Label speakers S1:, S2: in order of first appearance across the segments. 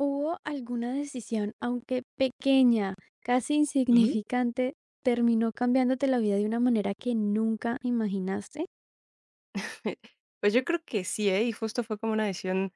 S1: ¿Hubo alguna decisión, aunque pequeña, casi
S2: Ujú.
S1: insignificante, terminó cambiándote la vida de una manera que nunca imaginaste?
S2: Pues yo creo que sí, ¿eh? Y justo fue como una decisión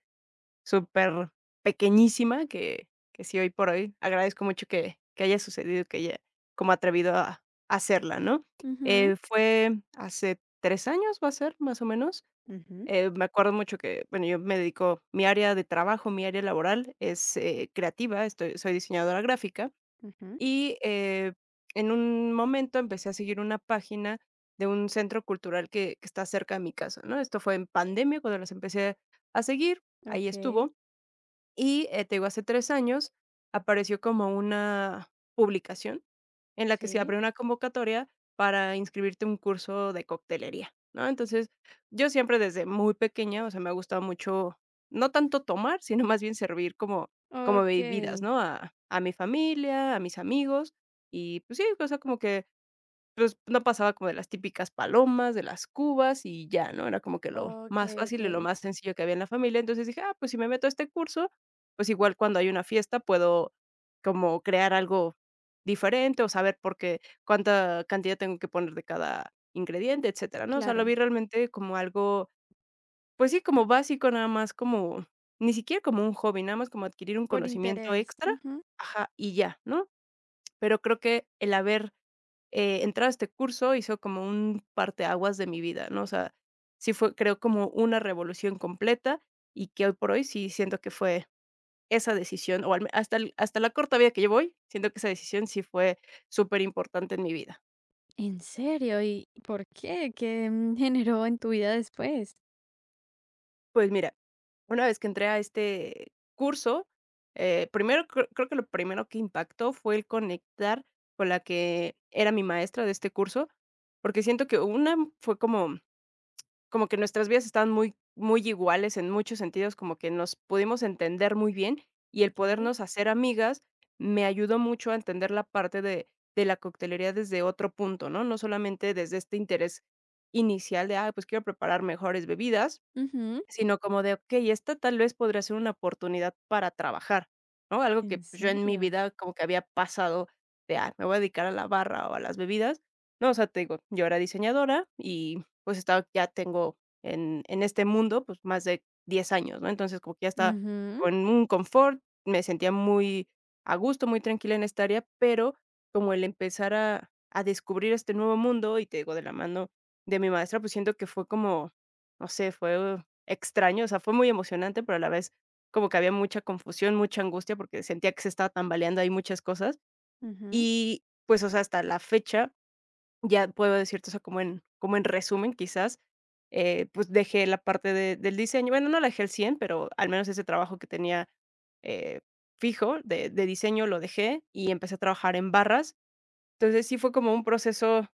S2: súper pequeñísima que sí hoy por hoy agradezco mucho que haya sucedido, que haya como atrevido a hacerla, ¿no?
S1: Ujú,
S2: Fue hace 3 años, va a ser, más o menos.
S1: ujú,
S2: Me acuerdo mucho que, bueno, yo me dedico, mi área de trabajo, mi área laboral es creativa, soy diseñadora gráfica.
S1: ujú.
S2: Y, en un momento empecé a seguir una página de un centro cultural que está cerca de mi casa, ¿no? Esto fue en pandemia cuando las empecé a seguir, ahí
S1: Ok,
S2: estuvo. Y, te digo, hace 3 años apareció como una publicación en la que se
S1: sí.
S2: abrió una convocatoria para inscribirte a un curso de coctelería, ¿no? Entonces, yo siempre desde muy pequeña, o sea, me ha gustado mucho, no tanto tomar, sino más bien servir como
S1: Ok,
S2: bebidas, ¿no? A mi familia, a mis amigos y, pues sí, o sea, como que pues, no pasaba como de las típicas palomas, de las cubas y ya, ¿no? Era como que lo
S1: ok,
S2: más
S1: ok.
S2: fácil y lo más sencillo que había en la familia. Entonces dije: "Ah, pues si me meto a este curso, pues igual cuando hay una fiesta puedo como crear algo diferente o saber por qué cuánta cantidad tengo que poner de cada ingrediente, etcétera", ¿no? O sea, lo
S1: Claro,
S2: vi realmente como algo, pues sí, como básico, nada más como ni siquiera como un hobby, nada más como adquirir un
S1: por
S2: conocimiento
S1: interés.
S2: extra,
S1: Ujú.
S2: ajá, y ya, ¿no? Pero creo que el haber entrar a este curso hizo como un parteaguas de mi vida, ¿no? O sea, sí fue, creo, como una revolución completa y que hoy por hoy sí siento que fue esa decisión, o al me- hasta, el- hasta la corta vida que yo voy siento que esa decisión sí fue súper importante en mi vida.
S1: ¿En serio? ¿Y por qué? ¿Qué generó en tu vida después?
S2: Pues mira, una vez que entré a este curso, primero creo que lo primero que impactó fue el conectar con la que era mi maestra de este curso, porque siento que una fue como como que nuestras vidas estaban muy muy iguales en muchos sentidos, como que nos pudimos entender muy bien, y el
S1: Ok.
S2: podernos hacer amigas me ayudó mucho a entender la parte de la coctelería desde otro punto, ¿no? No solamente desde este interés inicial de: "ah pues quiero preparar mejores bebidas",
S1: Ujú.
S2: sino como de, okey, esta tal vez podría ser una oportunidad para trabajar, ¿no? Algo que,
S1: ¿En
S2: pues, yo en mi
S1: serio?
S2: vida como que había pasado de, ah, me voy a dedicar a la barra o a las bebidas. No, o sea, te digo, yo era diseñadora y, pues, estaba ya tengo en este mundo, pues, más de 10 años, ¿no? Entonces, como que ya estaba
S1: Ujú,
S2: con un confort, me sentía muy a gusto, muy tranquila en esta área, pero como el empezar a descubrir este nuevo mundo, y te digo, de la mano de mi maestra, pues, siento que fue como, no sé, fue extraño, o sea, fue muy emocionante, pero a la vez como que había mucha confusión, mucha angustia, porque sentía que se estaba tambaleando ahí muchas cosas.
S1: ujú.
S2: Y pues, o sea, hasta la fecha, ya puedo decirte, o sea, como en, como en resumen, quizás, pues dejé la parte del diseño. Bueno, no la dejé al 100 pero al menos ese trabajo que tenía eh, fijo de diseño lo dejé y empecé a trabajar en barras. Entonces sí fue como un proceso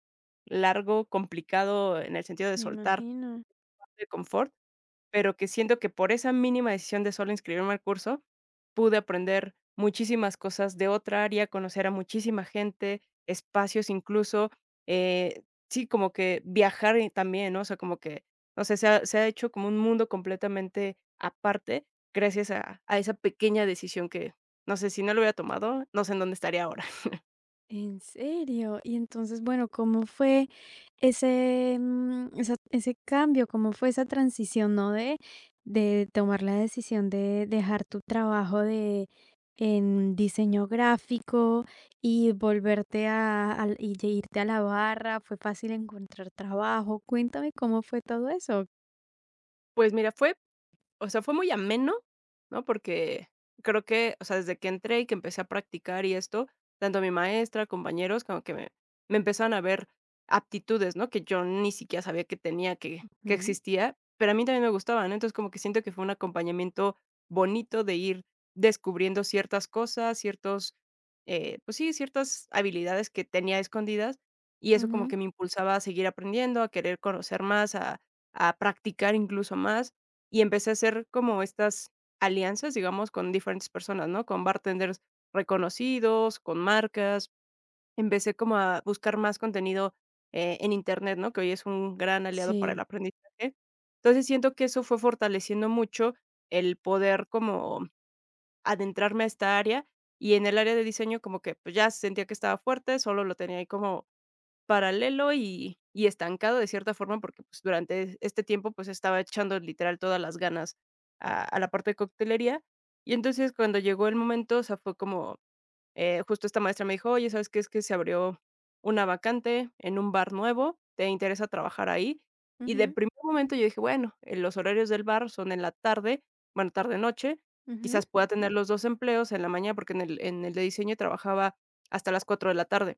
S2: largo, complicado en el sentido de
S1: Me
S2: soltar
S1: imagino.
S2: de confort pero que siento que por esa mínima decisión de solo inscribirme al curso, pude aprender muchísimas cosas de otra área, conocer a muchísima gente, espacios incluso, eh, sí, como que viajar y también, ¿no? O sea, como que, no sé, se ha hecho como un mundo completamente aparte gracias a esa pequeña decisión que, no sé, si no lo hubiera tomado, no sé en dónde estaría ahora.
S1: ¿En serio? Y entonces, bueno, ¿cómo fue ese, ese cambio? ¿Cómo fue esa transición? ¿No? De tomar la decisión de dejar tu trabajo de, en diseño gráfico y y de irte a la barra. ¿Fue fácil encontrar trabajo? Cuéntame cómo fue todo eso.
S2: Pues mira, fue O sea, fue muy ameno, ¿no? Porque creo que, o sea, desde que entré y que empecé a practicar y esto, tanto mi maestra, compañeros, como que me empezaron a ver aptitudes, ¿no? Que yo ni siquiera sabía que tenía, que
S1: Ujú,
S2: existía, pero a mí también me gustaban, ¿no? Entonces como que siento que fue un acompañamiento bonito de ir descubriendo ciertas cosas, ciertos, pues sí, ciertas habilidades que tenía escondidas y eso como
S1: ujú,
S2: que me impulsaba a seguir aprendiendo, a querer conocer más, a practicar incluso más y empecé a hacer como estas alianzas, digamos, con diferentes personas, ¿no? Con bartenders reconocidos, con marcas. Empecé como a buscar más contenido, en Internet, ¿no? Que hoy es un gran aliado para el
S1: sí.
S2: aprendizaje. Entonces, siento que eso fue fortaleciendo mucho el poder como adentrarme a esta área, y en el área de diseño como que, pues, ya sentía que estaba fuerte, solo lo tenía ahí como paralelo y estancado de cierta forma, porque, pues, durante este tiempo, pues, estaba echando literal todas las ganas a la parte de coctelería. Y entonces, cuando llegó el momento, o sea, fue como, justo esta maestra me dijo: "Oye, ¿sabes qué? Es que se abrió una vacante en un bar nuevo, ¿te interesa trabajar ahí?". Y de
S1: Ujú,
S2: primer momento yo dije: "Bueno, los horarios del bar son en la tarde, bueno, tarde-noche,
S1: ujú,
S2: quizás pueda tener los 2 empleos en la mañana", porque en el de diseño trabajaba hasta las 4 de la tarde.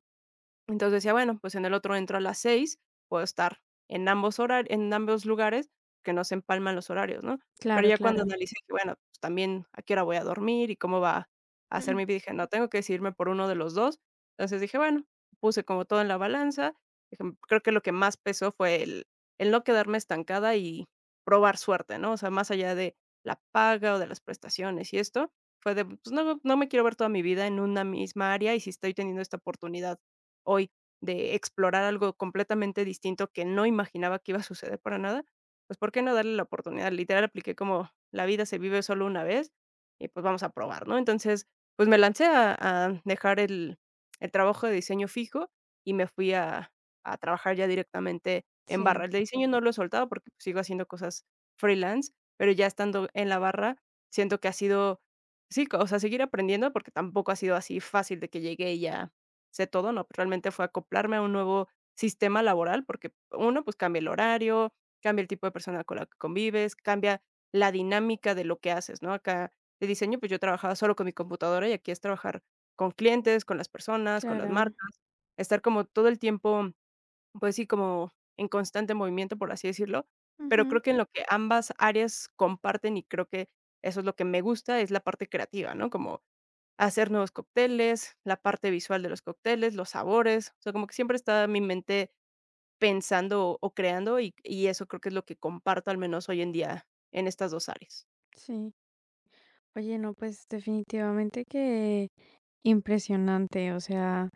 S2: Entonces decía, bueno, pues en el otro entro a las 6, puedo estar en ambos horarios en ambos lugares, que no se empalman los horarios, ¿no? Pero
S1: claro,
S2: ya cuando
S1: claro.
S2: analicé que, bueno, pues también a qué hora voy a dormir y cómo va a ser
S1: Mm,
S2: mi vida, dije: "No, tengo que decidirme por uno de los dos". Entonces dije: "Bueno", puse como todo en la balanza, dije, creo que lo que más pesó fue el no quedarme estancada y probar suerte, ¿no? O sea, más allá de la paga o de las prestaciones y esto, fue de, pues no me quiero ver toda mi vida en una misma área y si estoy teniendo esta oportunidad hoy de explorar algo completamente distinto que no imaginaba que iba a suceder para nada, pues, ¿por qué no darle la oportunidad? Literal, apliqué como la vida se vive solo una vez y, pues, vamos a probar, ¿no? Entonces, pues, me lancé a dejar el trabajo de diseño fijo y me fui a trabajar ya directamente en barra.
S1: sí,
S2: El de diseño no lo he soltado porque pues, sigo haciendo cosas freelance, pero ya estando en la barra, siento que ha sido sí, co- o sea, seguir aprendiendo porque tampoco ha sido así fácil de que llegué y ya sé todo, no, realmente fue acoplarme a un nuevo sistema laboral, porque uno, pues cambia el horario, cambia el tipo de persona con la que convives, cambia la dinámica de lo que haces, ¿no? Acá de diseño, pues yo trabajaba solo con mi computadora y aquí es trabajar con clientes, con las personas, con las
S1: claro.
S2: marcas, estar como todo el tiempo, pues sí, como en constante movimiento, por así decirlo, pero
S1: Ujú,
S2: creo que en lo que ambas áreas comparten y creo que eso es lo que me gusta, es la parte creativa, ¿no? Como hacer nuevos cócteles, la parte visual de los cócteles, los sabores, o sea, como que siempre está mi mente pensando o creando, y eso creo que es lo que comparto, al menos hoy en día, en estas 2 áreas.
S1: sí. Oye, no, pues definitivamente que impresionante, o sea,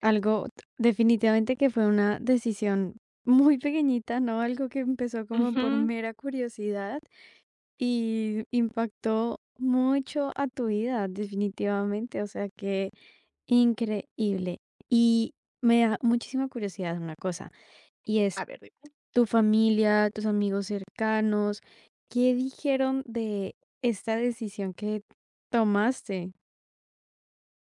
S1: algo definitivamente que fue una decisión muy pequeñita, ¿no? Algo que empezó como por
S2: Ujú.
S1: mera curiosidad y impactó mucho a tu vida, definitivamente, o sea, que increíble. Y me da muchísima curiosidad una cosa, y es
S2: A ver, di.
S1: tu familia, tus amigos cercanos, ¿qué dijeron de esta decisión que tomaste?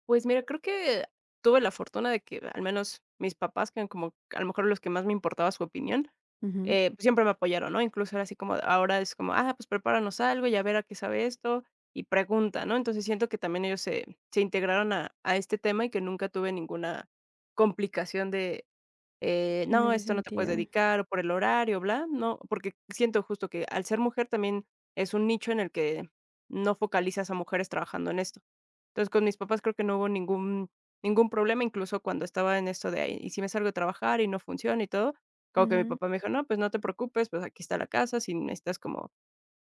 S2: Pues mira, creo que tuve la fortuna de que al menos mis papás, que eran como a lo mejor los que más me importaba su opinión,
S1: Ujú.
S2: pues siempre me apoyaron, ¿no? Incluso era así como, ahora es como, ah, pues prepáranos algo y a ver a qué sabe esto y pregunta, ¿no? Entonces siento que también ellos se integraron a este tema y que nunca tuve ninguna complicación de,
S1: En
S2: no,
S1: ese
S2: esto no te puedes
S1: sentido.
S2: dedicar o por el horario, bla, ¿no? Porque siento justo que al ser mujer también es un nicho en el que no focalizas a mujeres trabajando en esto, entonces, con mis papás creo que no hubo ningún problema, incluso cuando estaba en esto de: "Ay, ¿y si me salgo a trabajar y no funciona y todo?". Como que mi
S1: Ujú,
S2: papá me dijo: "No, pues no te preocupes, pues aquí está la casa, si necesitas como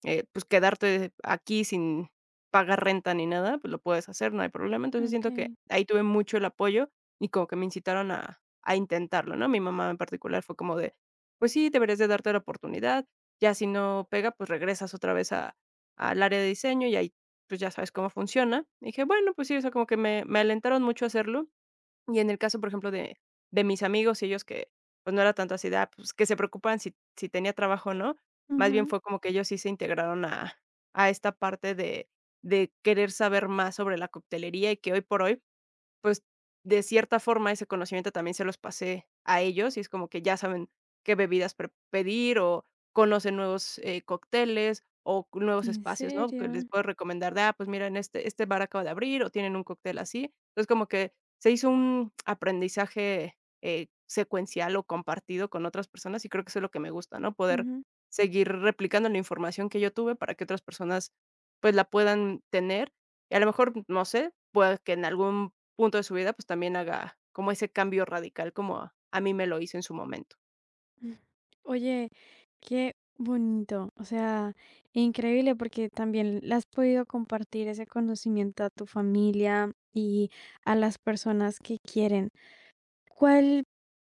S2: pues, quedarte aquí sin pagar renta ni nada, pues, lo puedes hacer, no hay problema". Entonces, siento que
S1: okey.
S2: ahí tuve mucho el apoyo y como que me incitaron a intentarlo, ¿no? Mi mamá en particular fue como de: "Pues sí, deberías de darte la oportunidad, ya si no pega, pues, regresas otra vez a al área de diseño y ahí, pues, ya sabes cómo funciona". Y dije: "Bueno, pues sí", o sea, como que me alentaron mucho a hacerlo. Y en el caso, por ejemplo, de mis amigos y ellos que, pues, no era tanto así de, ah, pues, que se preocupan si tenía trabajo o no, más bien
S1: Ujú.
S2: fue como que ellos sí se integraron a esta parte de querer saber más sobre la coctelería y que hoy por hoy pues, de cierta forma, ese conocimiento también se los pasé a ellos, y es como que ya saben qué bebidas pre pedir, o conocen nuevos, cócteles, o nuevos
S1: ¿En
S2: espacios, ¿no? Que les
S1: serio?
S2: puedo recomendar de: "Ah, pues mira, en este bar acaba de abrir, o tienen un cóctel así". Entonces, como que se hizo un aprendizaje, secuencial, o compartido con otras personas, y creo que eso es lo que me gusta, ¿no? Poder
S1: Ujú.
S2: seguir replicando la información que yo tuve para que otras personas, pues, la puedan tener. Y a lo mejor, no sé, pueda que en algún punto de su vida, pues, también haga como ese cambio radical como a mí me lo hizo en su momento.
S1: Oye, qué bonito, o sea, increíble porque también le has podido compartir ese conocimiento a tu familia y a las personas que quieren. ¿Cuál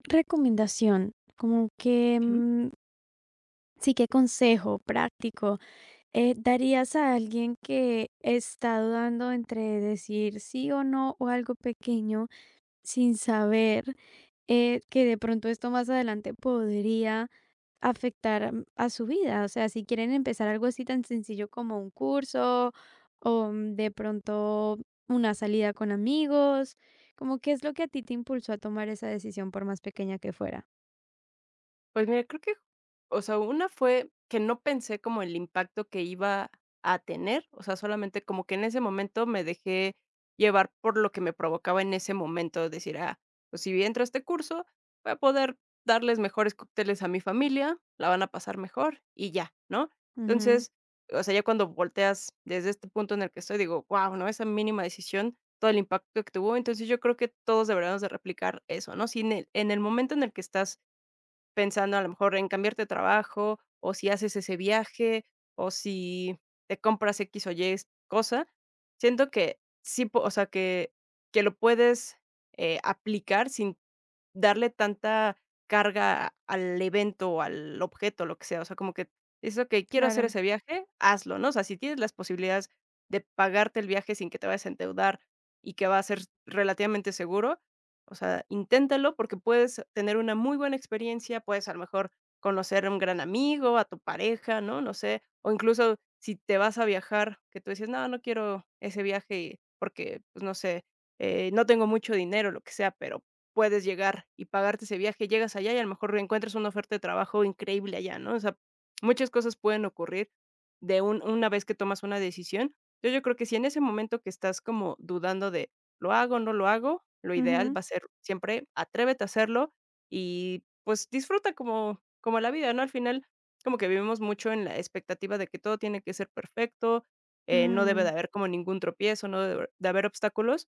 S1: recomendación, como que, sí, qué consejo práctico, darías a alguien que está dudando entre decir sí o no o algo pequeño? Sin saber, que de pronto esto más adelante podría afectar, a su vida. O sea, si quieren empezar algo así tan sencillo como un curso o, de pronto una salida con amigos, como qué es lo que a ti te impulsó a tomar esa decisión por más pequeña que fuera.
S2: Pues mira, creo que, o sea, una fue que no pensé como el impacto que iba a tener, o sea, solamente como que en ese momento me dejé llevar por lo que me provocaba en ese momento, decir, ah, pues si entro a este curso, voy a poder darles mejores cócteles a mi familia, la van a pasar mejor y ya, ¿no?
S1: Ujú,
S2: Entonces, o sea, ya cuando volteas desde este punto en el que estoy, digo, wow, ¿no? Esa mínima decisión, todo el impacto que tuvo, entonces yo creo que todos deberíamos de replicar eso, ¿no? Si en el momento en el que estás pensando a lo mejor en cambiarte de trabajo, o si haces ese viaje, o si te compras X o Y cosa. Siento que sí, po o sea, que lo puedes, aplicar sin darle tanta carga al evento o al objeto, lo que sea. O sea, como que dices: que quiero hacer
S1: claro.
S2: ese viaje", hazlo, ¿no? O sea, si tienes las posibilidades de pagarte el viaje sin que te vayas a endeudar y que va a ser relativamente seguro, o sea, inténtalo porque puedes tener una muy buena experiencia, puedes a lo mejor conocer a un gran amigo, a tu pareja, ¿no? No sé, o incluso si te vas a viajar, que tú dices, no, no quiero ese viaje porque, pues no sé, no tengo mucho dinero, lo que sea, pero puedes llegar y pagarte ese viaje, llegas allá y a lo mejor encuentras una oferta de trabajo increíble allá, ¿no? O sea, muchas cosas pueden ocurrir de una vez que tomas una decisión. Yo creo que si en ese momento que estás como dudando de ¿lo hago, no lo hago? Lo ideal
S1: Ujú,
S2: va a ser siempre atrévete a hacerlo y, pues, disfruta como la vida, ¿no? Al final, como que vivimos mucho en la expectativa de que todo tiene que ser perfecto, no debe de
S1: mm.
S2: haber como ningún tropiezo, no debe de haber obstáculos.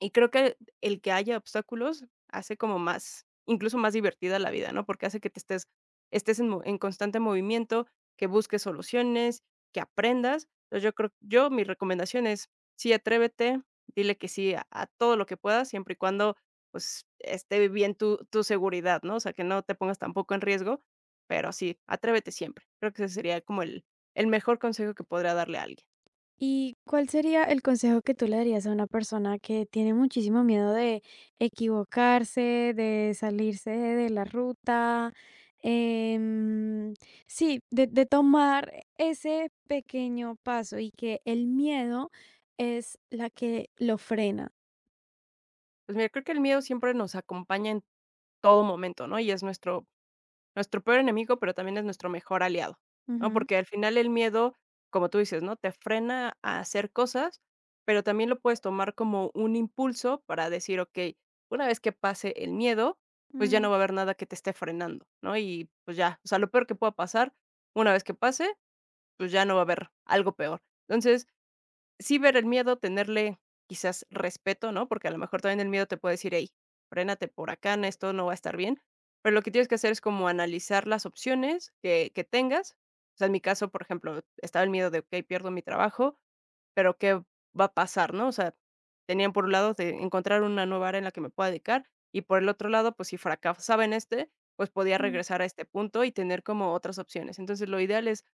S2: Y creo que el que haya obstáculos hace como más, incluso más divertida la vida, ¿no? Porque hace que te estés estés en constante movimiento, que busques soluciones, que aprendas. Entonces, yo mi recomendación es, sí, atrévete, dile que sí a todo lo que puedas, siempre y cuando, pues, esté bien tu seguridad, ¿no? O sea, que no te pongas tampoco en riesgo, pero sí, atrévete siempre. Creo que ese sería como el mejor consejo que podría darle a alguien.
S1: ¿Y cuál sería el consejo que tú le darías a una persona que tiene muchísimo miedo de equivocarse, de salirse de la ruta? em, sí, de tomar ese pequeño paso y que el miedo es la que lo frena.
S2: Pues mira, creo que el miedo siempre nos acompaña en todo momento, ¿no? Y es nuestro Nuestro peor enemigo, pero también es nuestro mejor aliado, ¿no?
S1: Ujú,
S2: Porque al final el miedo, como tú dices, ¿no? Te frena a hacer cosas, pero también lo puedes tomar como un impulso para decir, ok, una vez que pase el miedo, pues ya no
S1: mm,
S2: va a haber nada que te esté frenando, ¿no? Y pues ya, o sea, lo peor que pueda pasar, una vez que pase, pues ya no va a haber algo peor. Entonces, sí, ver el miedo, tenerle quizás respeto, ¿no? Porque a lo mejor también el miedo te puede decir: "Hey, frénate por acá, no, esto no va a estar bien". Pero lo que tienes que hacer es como analizar las opciones que tengas. O sea, en mi caso, por ejemplo, estaba el miedo de: "Okey, pierdo mi trabajo, pero ¿qué va a pasar?", ¿no? O sea, tenían por un lado de encontrar una nueva área en la que me pueda dedicar, y por el otro lado, pues si fracasaba en este, pues podía
S1: mm,
S2: regresar a este punto y tener como otras opciones. Entonces, lo ideal es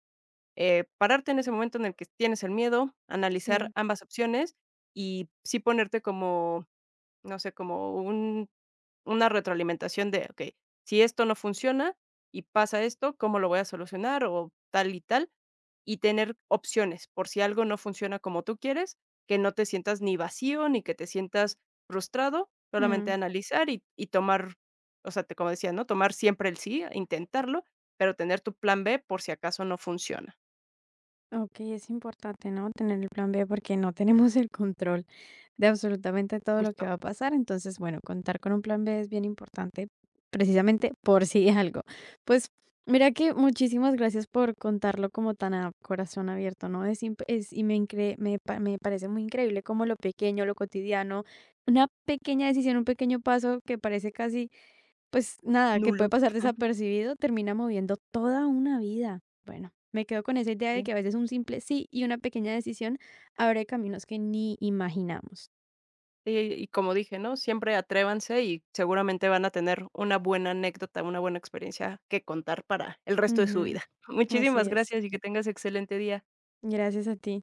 S2: pararte en ese momento en el que tienes el miedo, analizar
S1: sí.
S2: ambas opciones y sí ponerte como, no sé, como un una retroalimentación de, okey, si esto no funciona y pasa esto, ¿cómo lo voy a solucionar? O tal y tal, y tener opciones por si algo no funciona como tú quieres, que no te sientas ni vacío ni que te sientas frustrado, solamente
S1: Mm.
S2: analizar y tomar, o sea, te como decía, ¿no? Tomar siempre el sí, intentarlo, pero tener tu plan B por si acaso no funciona,
S1: Ok, es importante, ¿no? Tener el plan B porque no tenemos el control de absolutamente todo lo que
S2: justo.
S1: va a pasar. Entonces, bueno, contar con un plan B es bien importante, precisamente por si algo. Pues mira que muchísimas gracias por contarlo como tan a corazón abierto, ¿no? Y me parece muy increíble como lo pequeño, lo cotidiano, una pequeña decisión, un pequeño paso que parece casi, pues nada, que
S2: Nulo.
S1: puede pasar desapercibido, termina moviendo toda una vida. Bueno. Me quedo con esa idea de
S2: Sí,
S1: que a veces un simple sí y una pequeña decisión abre caminos que ni imaginamos.
S2: sí, y como dije, ¿no? Siempre atrévanse y seguramente van a tener una buena anécdota, una buena experiencia que contar para el resto de su
S1: Ujú,
S2: vida.
S1: así
S2: Muchísimas
S1: es.
S2: gracias y que tengas excelente día.
S1: Gracias a ti.